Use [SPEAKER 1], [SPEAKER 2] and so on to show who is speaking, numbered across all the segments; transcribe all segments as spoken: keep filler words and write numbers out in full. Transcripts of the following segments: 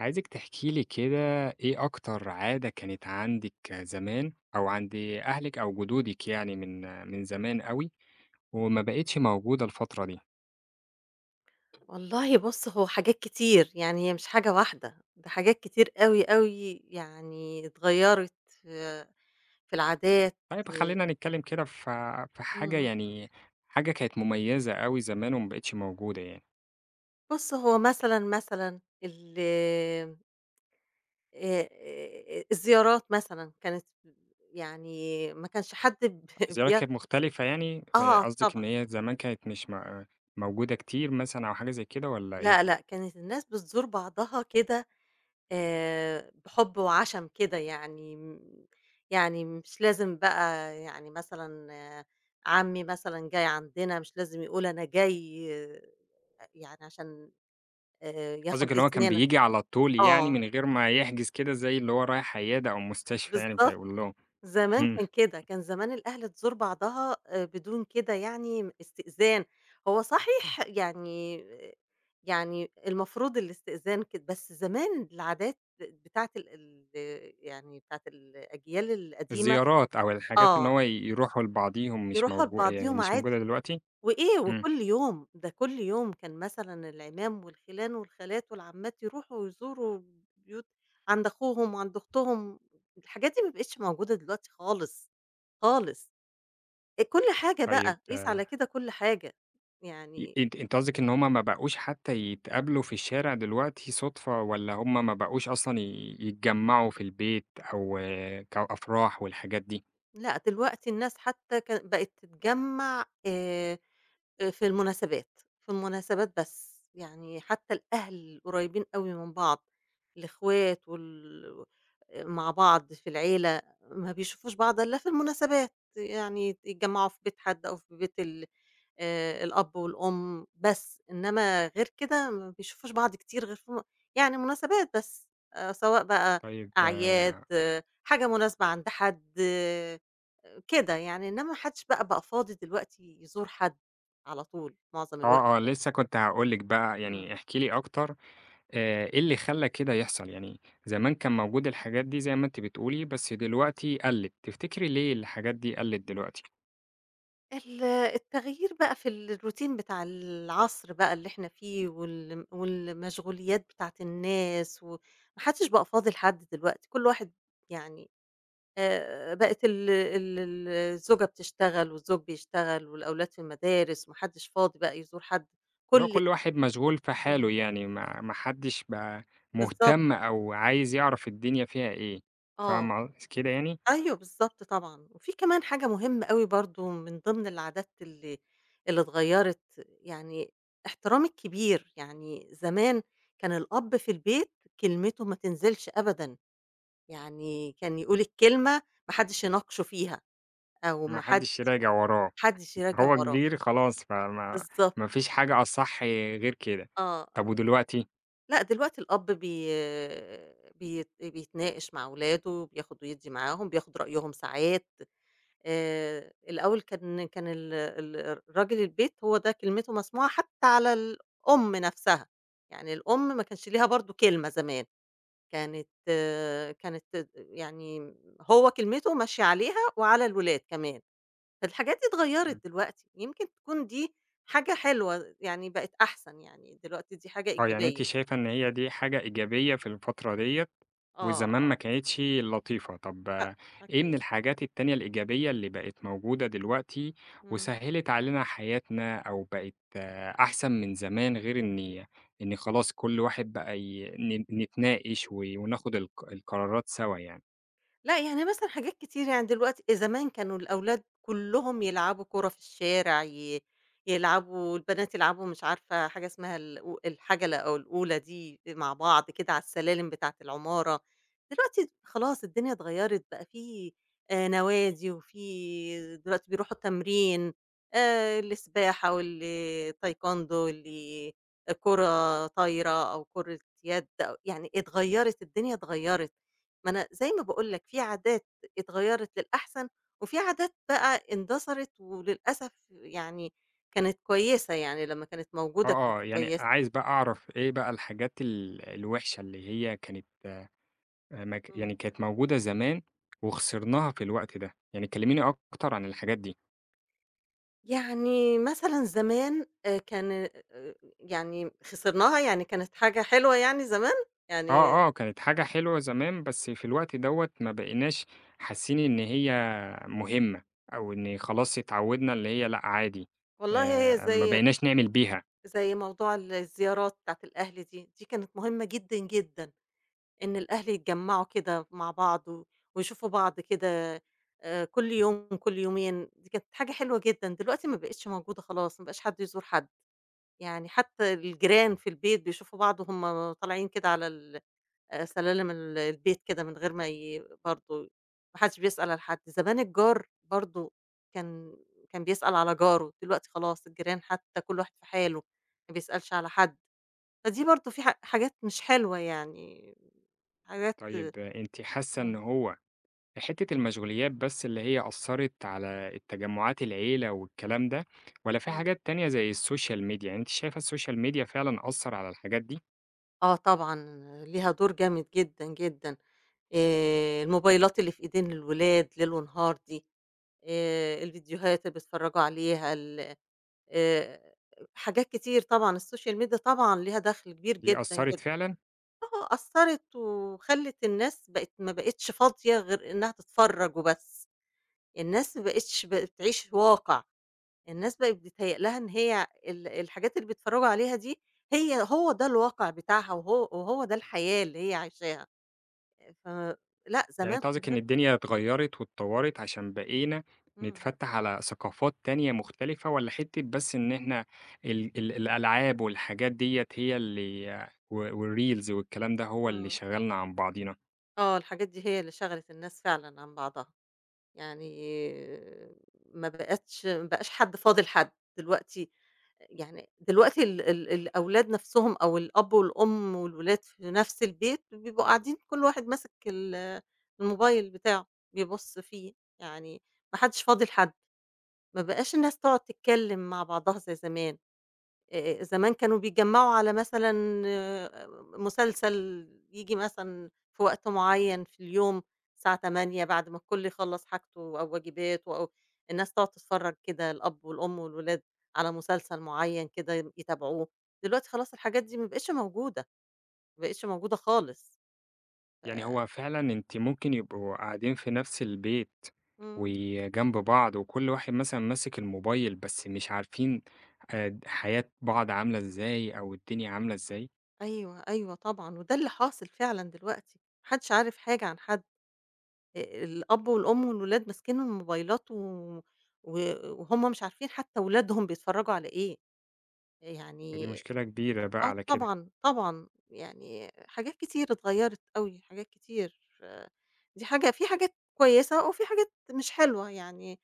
[SPEAKER 1] عايزِك تحكي لي كده إيه أكتر عادة كانت عندِك زمان أو عند أهلِك أو جدودِك يعني من من زمان أوي وما بقِتش موجودة الفترة دي؟
[SPEAKER 2] والله بُص، هو حاجات كتير، يعني هي مش حاجة واحدة، ده حاجات كتير أوي، أوي يعني اتغيّرت في في العادات.
[SPEAKER 1] طيب خلّينا نتكلّم كده ف في حاجة
[SPEAKER 2] إمم.
[SPEAKER 1] يعني حاجة كانت مميّزة أوي زمان وما بقِتش موجودة يعني،
[SPEAKER 2] بُص، هو مثلًا، مثلًا ال آآ الزيارات مثلًا كانت، يعني ما كانش حد ب
[SPEAKER 1] زيارة
[SPEAKER 2] بي
[SPEAKER 1] كانت مختلفة يعني آآ
[SPEAKER 2] آه،
[SPEAKER 1] قصدِك إن
[SPEAKER 2] طبعًا.
[SPEAKER 1] هي زمان كانت مش م موجودة كتير مثلًا أو حاجة زي كده والّا إيه؟
[SPEAKER 2] لأ، لأ، كانت الناس بتزور بعضها كده آآ بحُب وعَشَم كده، يعني م يعني مش لازم بقى يعني مثلًا. آه، عمي مثلًا جاي عندنا مش لازم يقول أنا جاي. آه، يعني عشان آآ
[SPEAKER 1] قصدِك
[SPEAKER 2] ياخُد
[SPEAKER 1] اللي هو كان
[SPEAKER 2] إذننا.
[SPEAKER 1] بييجي على طول يعني
[SPEAKER 2] آه،
[SPEAKER 1] من غير ما يحجز كده زي اللي هو رايح عيادة أو مستشفى يعني
[SPEAKER 2] بالضبط.
[SPEAKER 1] فيقول لهم.
[SPEAKER 2] زمان كان كده، كان زمان الأهل تزور بعضها آآ بدون كده يعني استئذان. هو صحيح يعني، آه. يعني المفروض الاستئذان كده، بس زمان العادات بتاعة ال ال يعني بتاعة الأجيال القديمة.
[SPEAKER 1] الزيارات أو الحاجات إن
[SPEAKER 2] آه،
[SPEAKER 1] هو يروحوا لبعضيهم مش
[SPEAKER 2] يروحوا
[SPEAKER 1] موجو يعني
[SPEAKER 2] لبعضيهم
[SPEAKER 1] مش موجودة
[SPEAKER 2] عادي.
[SPEAKER 1] دلوقتي؟
[SPEAKER 2] وإيه،
[SPEAKER 1] إمم،
[SPEAKER 2] وكل يوم، ده كل يوم كان مثلًا العمام والخِلان والخالات والعمات يروحوا ويزوروا بيوت عند أخوهم وعند أختهم. الحاجات دي ما بقتش موجودة دلوقتي خالص، خالص. آآ كل حاجة
[SPEAKER 1] طيب
[SPEAKER 2] بقى، قيس على
[SPEAKER 1] آه،
[SPEAKER 2] كده كل حاجة،
[SPEAKER 1] ي
[SPEAKER 2] يعني.
[SPEAKER 1] أنتِ أنتِ قصدِك إن هُم ما بقوش حتى يتقابلوا في الشارع دلوقتي صُدفة والّا هُم ما بقوش أصلًا ي يتجمّعوا في البيت أو آه، كأفراح والحاجات دي؟
[SPEAKER 2] لأ دلوقتي الناس حتى ك بقت تتجمّع آآ آآ في المناسبات، في المناسبات بس، يعني حتى الأهل قريبين أوي من بعض، الإخوات وال آآ مع بعض في العيلة، ما بيشوفوش بعض إلا في المناسبات، يعني يتجمّعوا في بيت حد أو في بيت ال آآ الأب والأم بس، إنّما غير كده ما بيشوفوش بعض كتير غير في م يعني مناسبات بس، آآ سواء بقى
[SPEAKER 1] طيب آه،
[SPEAKER 2] أعياد، آه، حاجة مناسبة عند حد، آه، كده يعني، إنّما ما حدش بقى بقى فاضي دلوقتي يزور حد على طول معظم الوقت
[SPEAKER 1] آه، آه،
[SPEAKER 2] يعني.
[SPEAKER 1] لسه كنت هاقول لِك بقى
[SPEAKER 2] إمم.
[SPEAKER 1] يعني احكي لي أكتر. آآ، إيه اللي خلّى كده يحصل؟ يعني زمان كان موجود الحاجات دي زي ما أنتِ بتقولي، بس دلوقتي قَلِّت، تفتكري ليه الحاجات دي قَلِّت دلوقتي؟
[SPEAKER 2] ال التغيير بقى في الروتين بتاع العصر بقى اللي إحنا فيه وال والمشغوليات بتاعة الناس، و ما حدش بقى فاضي لحد دلوقتي، كل واحد يعني آآ بقت ال ال ال الزوجة بتشتغل والزوج بيشتغل والأولاد في المدارس وما حدّش فاضي بقى يزور حد،
[SPEAKER 1] اللي هو
[SPEAKER 2] كل.
[SPEAKER 1] كل واحد مشغول في حاله
[SPEAKER 2] إمم،
[SPEAKER 1] يعني ما ما حدش بقى
[SPEAKER 2] بالضبط.
[SPEAKER 1] مهتم أو عايز يعرف الدنيا فيها إيه،
[SPEAKER 2] آه،
[SPEAKER 1] فاهمة قصدي كده يعني؟
[SPEAKER 2] أيوه بالضبط طبعًا، وفي كمان حاجة مهمة أوي برضه من ضمن العادات اللي اللي اتغيّرت، يعني احترام الكبير. يعني زمان كان الأب في البيت كلمته ما تنزلش أبدًا، يعني كان يقول الكلمة ما حدّش يناقشه فيها، أو
[SPEAKER 1] ما
[SPEAKER 2] ما حد
[SPEAKER 1] حدش
[SPEAKER 2] ما
[SPEAKER 1] راجع وراه،
[SPEAKER 2] حدّش يراجع
[SPEAKER 1] هو
[SPEAKER 2] وراه،
[SPEAKER 1] كبير خلاص فما
[SPEAKER 2] بالضبط،
[SPEAKER 1] ما فيش حاجة أصح غير كده.
[SPEAKER 2] آه.
[SPEAKER 1] طب ودلوقتي؟
[SPEAKER 2] لأ، دلوقتي الأب بي بيت بيتناقش مع ولاده، بياخد ويدّي معاهم، بياخد رأيهم ساعات. آآ، الأول كان كان ال ال راجل البيت هو ده كلمته مسموعة حتى على الأم نفسها، يعني الأم ما كانش ليها برضه كلمة زمان، كانت آه، كانت يعني هو كلمته ماشية عليها وعلى الولاد كمان. فالحاجات دي
[SPEAKER 1] إمم،
[SPEAKER 2] اتغيّرت دلوقتي، يمكن تكون دي حاجة حلوة يعني بقت أحسن يعني دلوقتي، دي حاجة
[SPEAKER 1] آه، يعني أنتِ
[SPEAKER 2] إيجابية.
[SPEAKER 1] شايفة إن هي دي حاجة إيجابية في الفترة ديّة
[SPEAKER 2] آه،
[SPEAKER 1] وزمان ما
[SPEAKER 2] آه.
[SPEAKER 1] كانتش لطيفة. طب
[SPEAKER 2] لأ،
[SPEAKER 1] آه، إيه من
[SPEAKER 2] أكيد.
[SPEAKER 1] الحاجات التانية الإيجابية اللي بقت موجودة دلوقتي
[SPEAKER 2] إمم.
[SPEAKER 1] وسهّلت علينا حياتنا أو بقت آه، أحسن من زمان غير إن إن خلاص كل واحد بقى ي ن نتناقش و وناخد الق القرارات سوا يعني؟
[SPEAKER 2] لأ، يعني مثلًا حاجات كتير يعني دلوقتي، زمان كانوا الأولاد كلّهم يلعبوا كورة في الشارع، ي يلعبوا البنات، يلعبوا مش عارفة حاجة اسمها الأو الحجلة أو الأولى دي مع بعض كده على السلالم بتاعة العمارة. دلوقتي خلاص الدنيا اتغيّرت، بقى في آآ نوادي، وفي دلوقتي بيروحوا التمرين، آآ السباحة والتايكوندو، واللي كرة طايرة أو كرة يد، أو يعني اتغيّرت، الدنيا اتغيّرت. ما أنا زي ما باقول لك، في عادات اتغيّرت للأحسن، وفي عادات بقى اندثرت وللأسف يعني كانت كويسة، يعني لمّا كانت
[SPEAKER 1] آه،
[SPEAKER 2] موجودة كانت
[SPEAKER 1] آه. يعني
[SPEAKER 2] كويسة.
[SPEAKER 1] عايز بقى أعرف إيه بقى الحاجات ال الوِحشة اللي هي كانت آآ مك
[SPEAKER 2] إمم.
[SPEAKER 1] يعني كانت موجودة زمان وخسرناها في الوقت ده؟ يعني كلّميني أكتر عن الحاجات دي.
[SPEAKER 2] يعني مثلًا زمان آآ كان آآ يعني خسرناها، يعني كانت حاجة حلوة يعني زمان؟ يعني
[SPEAKER 1] آه، آه، كانت حاجة حلوة زمان، بس في الوقت دوّة ما بقيناش حاسين إن هي مهمة، أو إن خلاص اتعوّدنا اللي هي لأ عادي،
[SPEAKER 2] والله هي
[SPEAKER 1] آآ ما
[SPEAKER 2] زي،
[SPEAKER 1] بقيناش نعمل بيها.
[SPEAKER 2] زي موضوع ال الزيارات بتاعة الأهل دي، دي كانت مهمة جدًا، جدًا. إن الأهل يتجمّعوا كده مع بعض، و ويشوفوا بعض كده آآ كل يوم، كل يومين، دي كانت حاجة حلوة جدًا. دلوقتي ما بقِتش موجودة خلاص، ما بقاش حد يزور حد، يعني حتى الجيران في البيت بيشوفوا بعض وهُم طالعين كده على ال آآ سلالم ال البيت كده، من غير ما ي برضه ما حدش بيسأل على حد. زمان الجار برضه كان، كان بيسأل على جاره، دلوقتي خلاص الجيران حتى كل واحد في حاله، ما بيسألش على حد، فدي برضه في ح حاجات مش حلوة يعني، حاجات.
[SPEAKER 1] طيب آه، أنتِ حاسة إن
[SPEAKER 2] إمم.
[SPEAKER 1] هو حتّة المشغوليات بس اللي هي أثّرت على التجمُّعات العيلة والكلام ده، والّا في
[SPEAKER 2] إمم.
[SPEAKER 1] حاجات تانية زي السوشيال ميديا؟ يعني أنتِ شايفة السوشيال ميديا فعلًا أثّر على الحاجات دي؟
[SPEAKER 2] آه، طبعًا. ليها دور جامد جدًا، جدًا. آآ الموبايلات اللي في إيدين الولاد ليل ونهار دي، آآ الفيديوهات اللي بيتفرّجوا عليها ال آآ حاجات كتير طبعًا، السوشيال ميديا طبعًا ليها دخْل كبير
[SPEAKER 1] دي
[SPEAKER 2] جدًا،
[SPEAKER 1] أثّرت
[SPEAKER 2] جدًا.
[SPEAKER 1] فعلًا؟
[SPEAKER 2] آه، أثّرت، وخلّت الناس بقت ما بقتش فاضية غير إنها تتفرّج وبس، الناس ما بقتش بتعيش واقع. الناس بقت بيتهيأ لها إن هي ال الحاجات اللي بيتفرّجوا عليها دي، هي، هو ده الواقع بتاعها، وهو، وهو ده الحياة اللي هي عايشاها. ف لأ
[SPEAKER 1] يعني
[SPEAKER 2] زمان
[SPEAKER 1] أنت
[SPEAKER 2] كان
[SPEAKER 1] قصدك إن
[SPEAKER 2] غير.
[SPEAKER 1] الدنيا اتغيّرت واتطوّرت عشان بقينا
[SPEAKER 2] إمم،
[SPEAKER 1] نتفتّح على ثقافات تانية مختلفة والّا حتّة بس إن إحنا ال ال الألعاب والحاجات ديّة هي اللي و والreels والكلام ده هو اللي
[SPEAKER 2] إمم.
[SPEAKER 1] شغّلنا عن بعضينا؟
[SPEAKER 2] آه، الحاجات دي هي اللي شَغَلِت الناس فعلًا عن بعضها، يعني ما بقتش ما بقاش حد فاضل حد، دلوقتي يعني دلوقتي ال ال الأولاد نَفْسهم، أو الأب والأم والولاد في نَفْس البيت، بيبقوا قاعدين كل واحد ماسك ال الموبايل بتاعه بيبُص فيه، يعني ما حدّش فاضي لحد، ما بقاش الناس تقعد تتكلّم مع بعضها زي زمان. آآ زمان كانوا بيتجمّعوا على مثلًا، آه، مسلسل ييجي مثلًا في وقت معيّن في اليوم، الساعة الساعة ثمانية بعد ما الكل يخلّص حاجته أو واجباته، أو الناس تقعد تتفرّج كده، الأب والأم والولاد، على مسلسل معيّن كده ي يتابعوه. دلوقتي خلاص الحاجات دي ما بقتش موجودة، ما بقتش موجودة خالص. ف
[SPEAKER 1] يعني هو فعلًا أنتِ ممكن يبقوا قاعدين في نفس البيت
[SPEAKER 2] إمم.
[SPEAKER 1] وجنب بعض وكل واحد مثلًا ماسك الموبايل، بس مش عارفين آآ د حياة بعض عاملة إزاي أو الدنيا عاملة إزاي؟
[SPEAKER 2] أيوه، أيوه طبعًا، وده اللي حاصل فعلًا دلوقتي، ما حدّش عارف حاجة عن حد. آآ الأب والأم والولاد ماسكين الموبايلات، و و وهُم مش عارفين حتى ولادهم بيتفرّجوا على إيه،
[SPEAKER 1] ما دي
[SPEAKER 2] يعني.
[SPEAKER 1] مشكلة كبيرة بقى
[SPEAKER 2] آه،
[SPEAKER 1] على كده.
[SPEAKER 2] طبعًا، طبعًا، يعني حاجات كتير اتغيّرت أوي، حاجات كتير، آه، دي حاجة، في حاجات كويسة وفي حاجات مش حلوة، يعني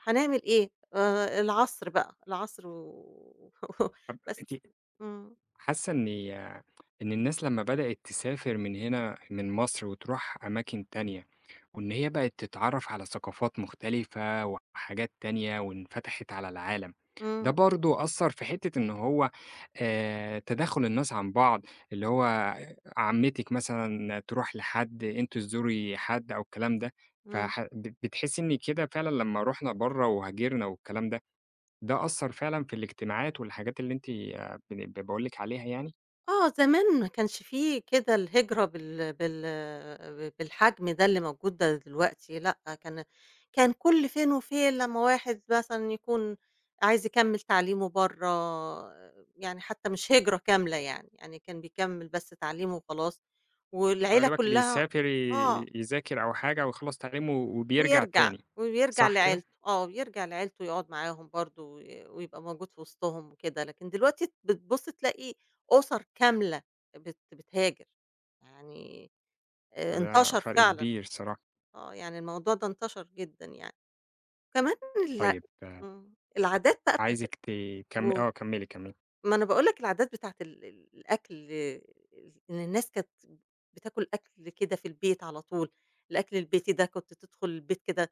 [SPEAKER 2] هنعمل إيه؟ آآ العصر بقى، العصر و
[SPEAKER 1] طَب
[SPEAKER 2] بس.
[SPEAKER 1] أنتِ
[SPEAKER 2] إمم،
[SPEAKER 1] حاسة إني إن الناس لمّا بدأت تسافر من هنا من مصر وتروح أماكن تانية، وإن هي بقت تتعرّف على ثقافات مختلفة وحاجات تانية وانفتحت على العالم، ده
[SPEAKER 2] إمم،
[SPEAKER 1] برضه أثّر في حتّة إن هو آآ تداخُل الناس عن بعض، اللي هو عمّتِك مثلًا تروح لحد، أنتِ تزوري حد أو الكلام ده،
[SPEAKER 2] إمم.
[SPEAKER 1] فح بت بتحسّي إن كده فعلًا لمّا رُحنا برّه وهاجرنا والكلام ده، ده أثّر فعلًا في الاجتماعات والحاجات اللي أنتِ يعني ب باقول لِك عليها يعني؟
[SPEAKER 2] آه، زمان ما كانش في كده الهجرة بال بال ب بالحجم ده اللي موجود ده دلوقتي. لأ كان، كان كل فين وفين لمّا واحد مثلًا يكون عايز يكمّل تعليمه برّه، يعني حتى مش هجرة كاملة يعني، يعني كان بيكمّل بس تعليمه وخلاص،
[SPEAKER 1] هو يا
[SPEAKER 2] والعيلة
[SPEAKER 1] دوبك
[SPEAKER 2] كلها.
[SPEAKER 1] بيسافر
[SPEAKER 2] آه.
[SPEAKER 1] ي يذاكر أو حاجة ويخلّص تعليمه وبيرجع
[SPEAKER 2] ويرجع،
[SPEAKER 1] تاني،
[SPEAKER 2] وبيرجع
[SPEAKER 1] صح كده؟
[SPEAKER 2] لعيلته، آه، بيرجع لعيلته ويقعد معاهم برضه، وي ويبقى موجود في وسطهم وكده، لكن دلوقتي بتبُص تلاقي أُسَر كاملة بت بتهاجر، يعني آآ
[SPEAKER 1] فده
[SPEAKER 2] انتشر
[SPEAKER 1] فرق
[SPEAKER 2] فعلًا.
[SPEAKER 1] كبير الصراحة.
[SPEAKER 2] آه، يعني الموضوع ده انتشر جدًا يعني، وكمان ال
[SPEAKER 1] طيب آه،
[SPEAKER 2] إمم، العادات بقى بتاعة،
[SPEAKER 1] عايزِك تكم
[SPEAKER 2] قُل.
[SPEAKER 1] آه كمّلي، كمّلي.
[SPEAKER 2] ما أنا باقول لك العادات بتاعة ال ال الأكل، ال- إن الناس كانت بتاكل أكل كده في البيت على طول، الأكل البيتي ده كنت تدخل البيت كده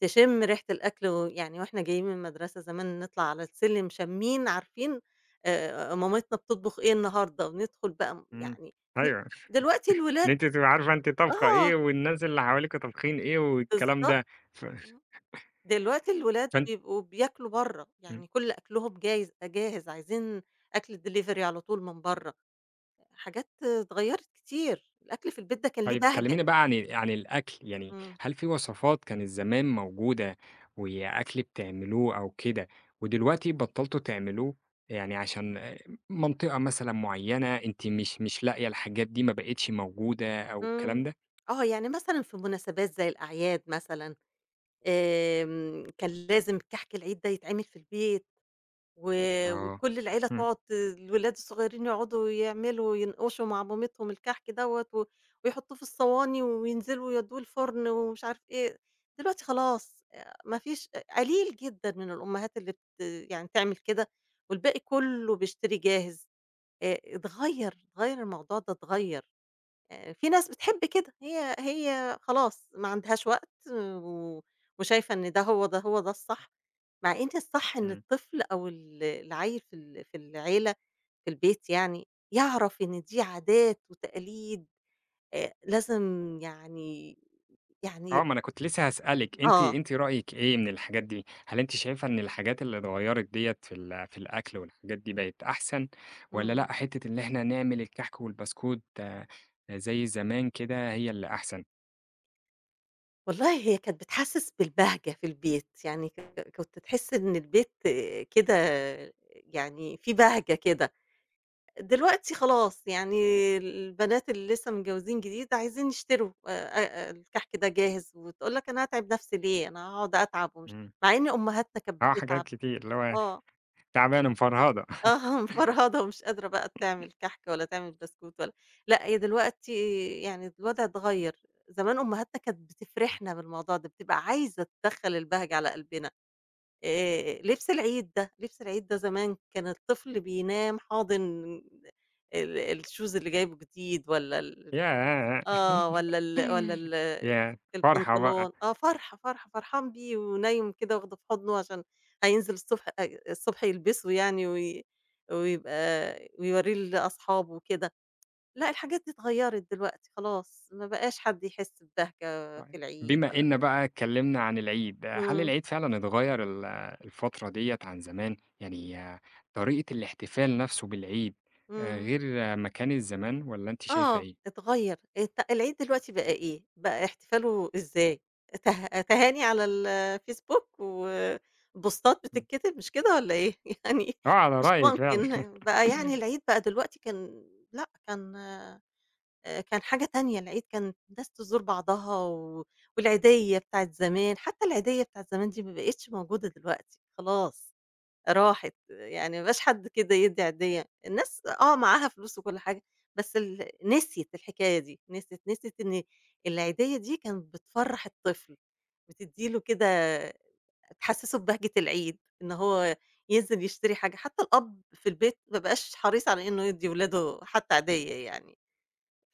[SPEAKER 2] تشم ريحة الأكل، ويعني وإحنا جايين من المدرسة زمان نطلع على السلم شامين عارفين آآ مامتنا بتطبخ إيه النهارده، وندخل بقى م
[SPEAKER 1] إمم.
[SPEAKER 2] يعني. دل
[SPEAKER 1] أيوه.
[SPEAKER 2] دلوقتي
[SPEAKER 1] إن
[SPEAKER 2] الولاد،
[SPEAKER 1] أنتِ تبقى عارفة أنتِ طابخة
[SPEAKER 2] آه،
[SPEAKER 1] إيه والناس اللي حواليكِ طابخين إيه والكلام
[SPEAKER 2] بالضبط.
[SPEAKER 1] ده. ف
[SPEAKER 2] إمم، دلوقتي الولاد
[SPEAKER 1] فأنتِ
[SPEAKER 2] بيبقوا بياكلوا برّه،
[SPEAKER 1] إمم.
[SPEAKER 2] يعني كل أكلهم جايز جاهز، عايزين أكل delivery على طول من برّه. حاجات اتغيّرت كتير، الأكل في البيت ده كان ليه
[SPEAKER 1] طيب
[SPEAKER 2] بهجة.
[SPEAKER 1] كلميني بقى عن ال عن الأكل، يعني
[SPEAKER 2] إمم،
[SPEAKER 1] هل في وصفات كانت زمان موجودة وأكل بتعملوه أو كده، ودلوقتي بطّلتوا تعملوه؟ يعني عشان آآ منطقة مثلًا معيّنة أنتِ مش مش لاقية الحاجات دي ما بقِتش موجودة أو الكلام
[SPEAKER 2] إمم،
[SPEAKER 1] ده؟
[SPEAKER 2] آه، يعني مثلًا في مناسبات زي الأعياد مثلًا، آمم، كان لازم كحك العيد ده يتعمل في البيت، و
[SPEAKER 1] آه.
[SPEAKER 2] وكل العيلة
[SPEAKER 1] إمم،
[SPEAKER 2] تقعد، الولاد الصغيرين يقعدوا يعملوا ينقشوا مع مامتهم الكحك دوّة، و ويحطوه في الصواني وينزلوا يودوه الفرن ومش عارف إيه. دلوقتي خلاص، آآ، ما فيش، أ قليل جدًا من الأمهات اللي بت يعني تعمل كده، والباقي كله بيشتري جاهز. آآ، اتغيّر، اتغيّر الموضوع ده، اتغيّر. آآ في ناس بتحب كده، هي، هي خلاص ما عندهاش وقت، و وشايفة إن ده هو، ده هو ده الصح، مع إن الصح إن
[SPEAKER 1] إمم.
[SPEAKER 2] الطفل أو ال العيّل في ال في العيلة، في البيت يعني، يعرف إن دي عادات وتقاليد آآ لازم، يعني، يعني،
[SPEAKER 1] آه، ما أنا كنت لسه هاسألِك، أنتِ
[SPEAKER 2] آه.
[SPEAKER 1] أنتِ رأيِك إيه من الحاجات دي؟ هل أنتِ شايفة إن الحاجات اللي اتغيّرت ديّة في ال في الأكل والحاجات دي بقت أحسن، والّا
[SPEAKER 2] إمم.
[SPEAKER 1] لأ حتّة إن إحنا نعمل الكحك والبسكوت آه، زي زمان كده هي اللي أحسن؟
[SPEAKER 2] والله هي كانت بتحسّس بالبهجة في البيت، يعني ك كنت تحس إن البيت كده يعني في بهجة كده. دلوقتي خلاص يعني البنات اللي لسه متجوزين جديد عايزين يشتروا آآ آآ الكحك ده جاهز، وتقول لك: "أنا هاتعب نفسي ليه، أنا هاقعد أتعب." ومش،
[SPEAKER 1] إمم،
[SPEAKER 2] مع إن أمهاتنا كانت
[SPEAKER 1] آه، حاجات
[SPEAKER 2] بتتعب،
[SPEAKER 1] كتير اللي هو
[SPEAKER 2] آه،
[SPEAKER 1] تعبانة مفرهدة
[SPEAKER 2] آه مفرهدة ومش قادرة بقى تعمل كحك ولا تعمل بسكوت ولا. لأ هي دلوقتي يعني الوضع اتغيّر، زمان أمهاتنا كانت بتفرحنا بالموضوع ده، بتبقى عايزة تدخّل البهجة على قلبنا. آآ لبس العيد ده، لبس العيد ده زمان كان الطفل بينام حاضن ال الشوز اللي جايبه جديد، والّا ال
[SPEAKER 1] ياه!
[SPEAKER 2] آه، والّا ال والّا ال
[SPEAKER 1] ياه! فرحة بقى.
[SPEAKER 2] البنطلون. آه، فرحة، فرحة، فرحان بيه ونايم كده واخده في حضنه عشان هينزل الصبح، أ الصبح يلبسه يعني، وي ويبقى، ويوريه لأصحابه وكده. لأ، الحاجات دي اتغيّرت دلوقتي خلاص، ما بقاش حد يحس ببهجة في
[SPEAKER 1] طيب،
[SPEAKER 2] العيد
[SPEAKER 1] بما
[SPEAKER 2] ولا.
[SPEAKER 1] إن بقى اتكلمنا عن العيد، هل
[SPEAKER 2] إمم،
[SPEAKER 1] العيد فعلًا اتغيّر ال الفترة ديّة عن زمان؟ يعني آه، طريقة الاحتفال نفسه بالعيد آآ،
[SPEAKER 2] إمم.
[SPEAKER 1] غير آه، ما كانت زمان والّا أنتِ شايفة
[SPEAKER 2] آه،
[SPEAKER 1] إيه؟
[SPEAKER 2] اتغيّر الت العيد دلوقتي بقى إيه، بقى احتفاله إزاي؟ ته تهاني على الفيسبوك وبوستات
[SPEAKER 1] إمم،
[SPEAKER 2] بتتكتب، مش كده والّا إيه؟ يعني
[SPEAKER 1] آه على
[SPEAKER 2] مش
[SPEAKER 1] رأيِك فعلًا.
[SPEAKER 2] ممكن بقى، يعني العيد بقى دلوقتي كان، لأ، كان آآ، كان حاجة تانية، العيد كان الناس تزور بعضها، و والعيدية بتاعة زمان، حتى العيدية بتاعة زمان دي ما بقتش موجودة دلوقتي خلاص. راحت، يعني ما بقاش حد كده يدّي عيدية، الناس آه معاها فلوس وكل حاجة، بس ال نسيت الحكاية دي، نسيت، نسيت إن العيدية دي كانت بتفرّح الطفل، بتدّي له كده، تحسّسه ببهجة العيد، إن هو ينزل يشتري حاجة. حتى الأب في البيت ما بقاش حريص على إنه يدّي ولاده حتى عيدية يعني،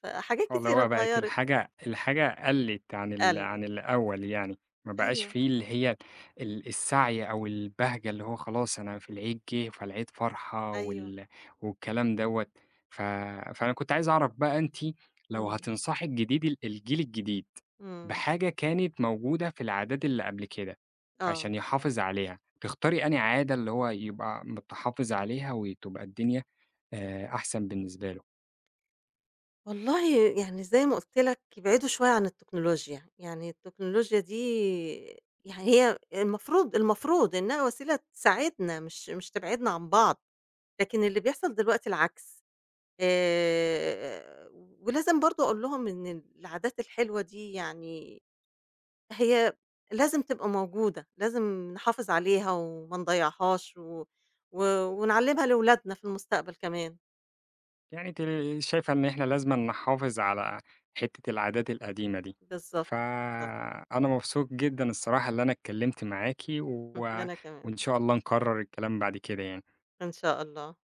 [SPEAKER 2] فحاجات
[SPEAKER 1] آه، اللي
[SPEAKER 2] كتيرة
[SPEAKER 1] هو بقت
[SPEAKER 2] اتغيّرت،
[SPEAKER 1] الحاجة الحاجة قلّت عن ال
[SPEAKER 2] قَلِّت،
[SPEAKER 1] عن الأول يعني، ما بقاش
[SPEAKER 2] أيوه،
[SPEAKER 1] في اللي هي ال السعي أو البهجة اللي هو خلاص أنا في العيد جِه فالعيد فرحة
[SPEAKER 2] أيوه.
[SPEAKER 1] وال والكلام دوّة، ف فأنا كنت عايز أعرف بقى أنتِ لو
[SPEAKER 2] إمم،
[SPEAKER 1] هتنصحي الجديد ال الجيل الجديد
[SPEAKER 2] إمم،
[SPEAKER 1] بحاجة كانت موجودة في العادات اللي قبل كده
[SPEAKER 2] آه.
[SPEAKER 1] عشان يحافظ عليها، تختاري أنهي عادة اللي هو يبقى متحافظ عليها وتبقى الدنيا آآ أحسن بالنسبة له؟
[SPEAKER 2] والله يعني زي ما قُلت لك، يبعدوا شوية عن التكنولوجيا، يعني التكنولوجيا دي يعني هي المفروض، المفروض إنها وسيلة تساعدنا، مش مش تبعدنا عن بعض، لكن اللي بيحصل دلوقتي العكس. آآ ولازم برضه أقول لهم إن العادات الحلوة دي يعني هي لازم تبقى موجودة، لازم نحافظ عليها وما نضيّعهاش، و و ونعلّمها لولادنا في المستقبل كمان.
[SPEAKER 1] يعني أنتِ شايفة إن إحنا لازمًا نحافظ على حتّة العادات القديمة دي،
[SPEAKER 2] بالضبط، بالضبط.
[SPEAKER 1] فأنا مبسوط جدًا الصراحة اللي أنا اتكلّمت معاكِ و
[SPEAKER 2] أنا كمان،
[SPEAKER 1] وإن شاء الله نكرّر الكلام بعد كده يعني.
[SPEAKER 2] إن شاء الله.